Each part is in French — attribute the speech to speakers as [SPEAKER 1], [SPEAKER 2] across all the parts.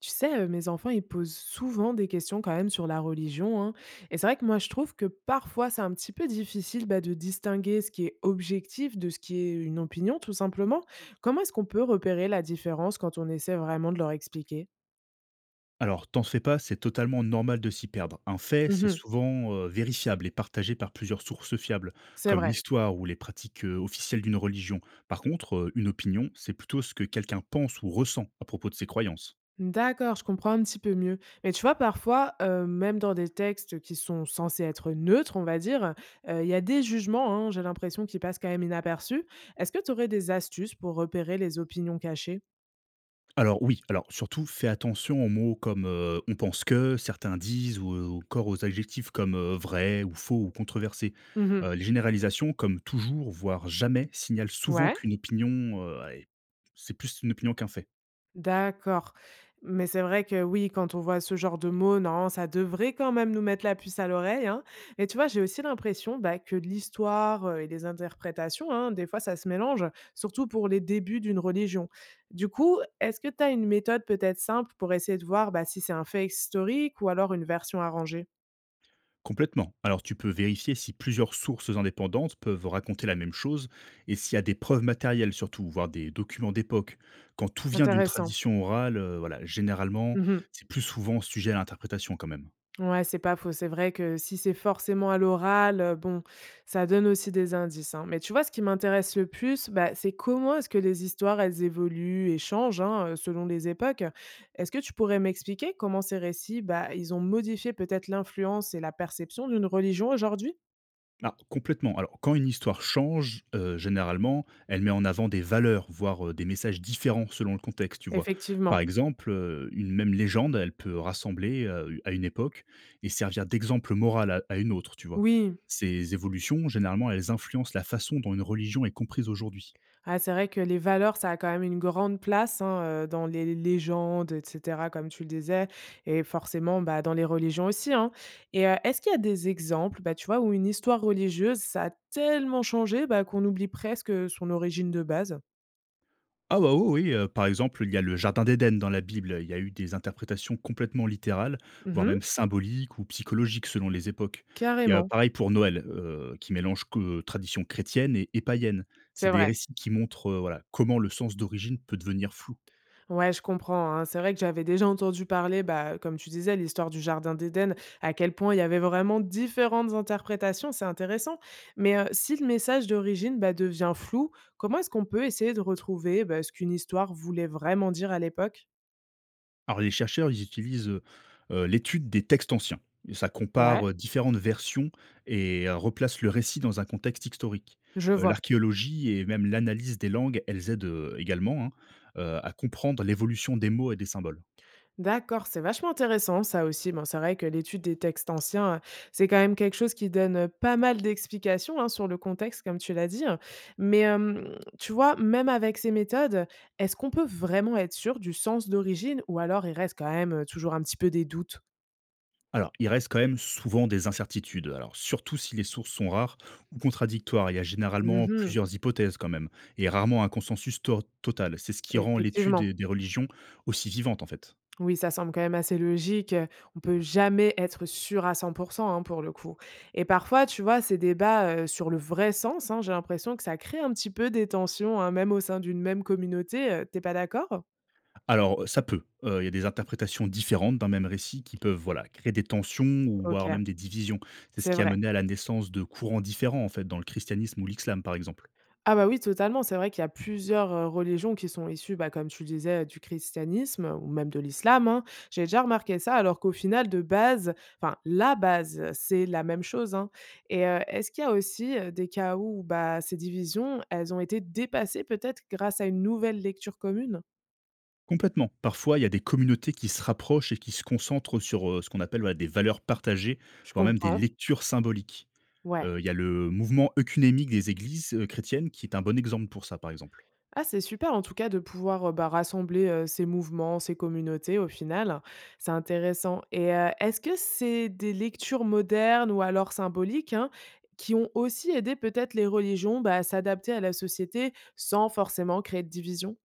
[SPEAKER 1] Tu sais, mes enfants, ils posent souvent des questions quand même sur la religion, hein. Et c'est vrai que moi, je trouve que parfois, c'est un petit peu difficile, bah, de distinguer ce qui est objectif de ce qui est une opinion, tout simplement. Comment est-ce qu'on peut repérer la différence quand on essaie vraiment de leur expliquer?
[SPEAKER 2] Alors, t'en fais pas, c'est totalement normal de s'y perdre. Un fait, c'est
[SPEAKER 1] Mmh.
[SPEAKER 2] souvent vérifiable et partagé par plusieurs sources fiables,
[SPEAKER 1] C'est
[SPEAKER 2] comme
[SPEAKER 1] vrai.
[SPEAKER 2] l'histoire ou les pratiques officielles d'une religion. Par contre, une opinion, c'est plutôt ce que quelqu'un pense ou ressent à propos de ses croyances.
[SPEAKER 1] D'accord, je comprends un petit peu mieux. Mais tu vois, parfois, même dans des textes qui sont censés être neutres, on va dire, il y a des jugements, hein, j'ai l'impression, qui passent quand même inaperçus. Est-ce que tu aurais des astuces pour repérer les opinions cachées?
[SPEAKER 2] Alors oui, alors surtout fais attention aux mots comme on pense que, certains disent, ou encore aux adjectifs comme vrai ou faux ou controversé.
[SPEAKER 1] Mmh.
[SPEAKER 2] Les généralisations, comme toujours, voire jamais, signalent souvent
[SPEAKER 1] Ouais,
[SPEAKER 2] qu'une opinion, c'est plus une opinion qu'un fait.
[SPEAKER 1] d'accord. Mais c'est vrai que oui, quand on voit ce genre de mots, non, ça devrait quand même nous mettre la puce à l'oreille, hein. Mais tu vois, j'ai aussi l'impression bah, que l'histoire et les interprétations, hein, des fois, ça se mélange, surtout pour les débuts d'une religion. Du coup, est-ce que tu as une méthode peut-être simple pour essayer de voir bah, si c'est un fait historique ou alors une version arrangée?
[SPEAKER 2] Complètement. Alors tu peux vérifier si plusieurs sources indépendantes peuvent raconter la même chose et s'il y a des preuves matérielles surtout, voire des documents d'époque. Quand tout vient d'une
[SPEAKER 1] Intéressant.
[SPEAKER 2] tradition orale, voilà, généralement,
[SPEAKER 1] Mhm.
[SPEAKER 2] c'est plus souvent sujet à l'interprétation quand même.
[SPEAKER 1] Ouais, c'est pas faux. C'est vrai que si c'est forcément à l'oral, bon, ça donne aussi des indices, hein. Mais tu vois, ce qui m'intéresse le plus, bah, c'est comment est-ce que les histoires, elles évoluent et changent, hein, selon les époques. Est-ce que tu pourrais m'expliquer comment ces récits, bah, ils ont modifié peut-être l'influence et la perception d'une religion aujourd'hui?
[SPEAKER 2] Ah, complètement. Alors, quand une histoire change, généralement, elle met en avant des valeurs, voire, des messages différents selon le contexte, tu vois? Par
[SPEAKER 1] Effectivement.
[SPEAKER 2] exemple, une même légende, elle peut rassembler, à une époque et servir d'exemple moral à une autre, tu vois?
[SPEAKER 1] Oui.
[SPEAKER 2] Ces évolutions, généralement, elles influencent la façon dont une religion est comprise aujourd'hui.
[SPEAKER 1] Ah, c'est vrai que les valeurs, ça a quand même une grande place hein, dans les légendes, etc., comme tu le disais, et forcément bah, dans les religions aussi, hein. Et est-ce qu'il y a des exemples, bah, tu vois, où une histoire religieuse, ça a tellement changé bah, qu'on oublie presque son origine de base?
[SPEAKER 2] Ah bah oui, oui, par exemple, il y a le jardin d'Éden dans la Bible, il y a eu des interprétations complètement littérales, voire
[SPEAKER 1] Mhm.
[SPEAKER 2] même symboliques ou psychologiques selon les époques. Il y a
[SPEAKER 1] Carrément,
[SPEAKER 2] pareil pour Noël, qui mélange que tradition chrétienne et païenne. C'est
[SPEAKER 1] c'est
[SPEAKER 2] des
[SPEAKER 1] vrai.
[SPEAKER 2] récits qui montrent, voilà, comment le sens d'origine peut devenir flou.
[SPEAKER 1] Ouais, je comprends, hein. C'est vrai que j'avais déjà entendu parler, bah, comme tu disais, l'histoire du jardin d'Éden, à quel point il y avait vraiment différentes interprétations, c'est intéressant. Mais si le message d'origine, bah, devient flou, comment est-ce qu'on peut essayer de retrouver, bah, ce qu'une histoire voulait vraiment dire à l'époque?
[SPEAKER 2] Alors les chercheurs, ils utilisent, l'étude des textes anciens et ça
[SPEAKER 1] Ouais,
[SPEAKER 2] compare, différentes versions et replace le récit dans un contexte historique.
[SPEAKER 1] je vois.
[SPEAKER 2] L'archéologie et même l'analyse des langues, elles aident, également, hein, à comprendre l'évolution des mots et des symboles.
[SPEAKER 1] D'accord, c'est vachement intéressant ça aussi. Bon, c'est vrai que l'étude des textes anciens, c'est quand même quelque chose qui donne, pas mal d'explications, hein, sur le contexte comme tu l'as dit, hein. Mais, tu vois, même avec ces méthodes, est-ce qu'on peut vraiment être sûr du sens d'origine ou alors il reste quand même, toujours un petit peu des doutes?
[SPEAKER 2] Alors, il reste quand même souvent des incertitudes, alors surtout si les sources sont rares ou contradictoires. Il y a généralement
[SPEAKER 1] Mmh.
[SPEAKER 2] plusieurs hypothèses quand même et rarement un consensus to total. C'est ce qui rend l'étude
[SPEAKER 1] Effectivement.
[SPEAKER 2] des religions aussi vivante, en fait.
[SPEAKER 1] Oui, ça semble quand même assez logique. On peut jamais être sûr à 100% hein, pour le coup. Et parfois, tu vois, ces débats sur le vrai sens, hein, j'ai l'impression que ça crée un petit peu des tensions, hein, même au sein d'une même communauté. T'es pas d'accord?
[SPEAKER 2] Alors, ça peut. Il y a des interprétations différentes d'un même récit qui peuvent, voilà, créer des tensions ou voire
[SPEAKER 1] Ok,
[SPEAKER 2] même des divisions. C'est ce
[SPEAKER 1] c'est
[SPEAKER 2] qui a
[SPEAKER 1] vrai.
[SPEAKER 2] mené à la naissance de courants différents, en fait, dans le christianisme ou l'islam, par exemple.
[SPEAKER 1] Ah bah oui, totalement. C'est vrai qu'il y a plusieurs, religions qui sont issues, bah, comme tu le disais, du christianisme ou même de l'islam, hein. J'ai déjà remarqué ça alors qu'au final de base, enfin la base, c'est la même chose, hein, et est-ce qu'il y a aussi, des cas où, bah, ces divisions, elles ont été dépassées peut-être grâce à une nouvelle lecture commune?
[SPEAKER 2] Complètement. Parfois, il y a des communautés qui se rapprochent et qui se concentrent sur, ce qu'on appelle, voilà, des valeurs partagées,
[SPEAKER 1] Je
[SPEAKER 2] voire même des
[SPEAKER 1] comprends,
[SPEAKER 2] lectures symboliques.
[SPEAKER 1] ouais.
[SPEAKER 2] Il y a le mouvement œcuménique des églises, chrétiennes qui est un bon exemple pour ça, par exemple.
[SPEAKER 1] Ah, c'est super en tout cas de pouvoir, bah, rassembler, ces mouvements, ces communautés au final. C'est intéressant et est-ce que c'est des lectures modernes ou alors symboliques, hein, qui ont aussi aidé peut-être les religions, bah, à s'adapter à la société sans forcément créer de division?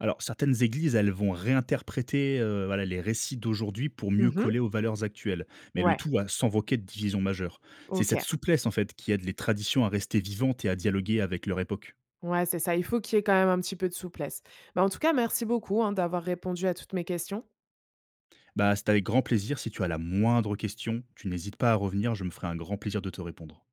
[SPEAKER 2] Alors, certaines églises, elles vont réinterpréter, voilà, les récits d'aujourd'hui pour mieux
[SPEAKER 1] Mmh.
[SPEAKER 2] coller aux valeurs actuelles, mais le
[SPEAKER 1] Ouais,
[SPEAKER 2] tout a s'envoquer de division majeure. C'est cette
[SPEAKER 1] OK.
[SPEAKER 2] souplesse, en fait, qui aide les traditions à rester vivantes et à dialoguer avec leur époque.
[SPEAKER 1] Ouais, c'est ça, il faut qu'il y ait quand même un petit peu de souplesse. Bah, en tout cas, merci beaucoup, hein, d'avoir répondu à toutes mes questions.
[SPEAKER 2] Bah, c'est avec grand plaisir. Si tu as la moindre question, tu n'hésites pas à revenir, je me ferai un grand plaisir de te répondre.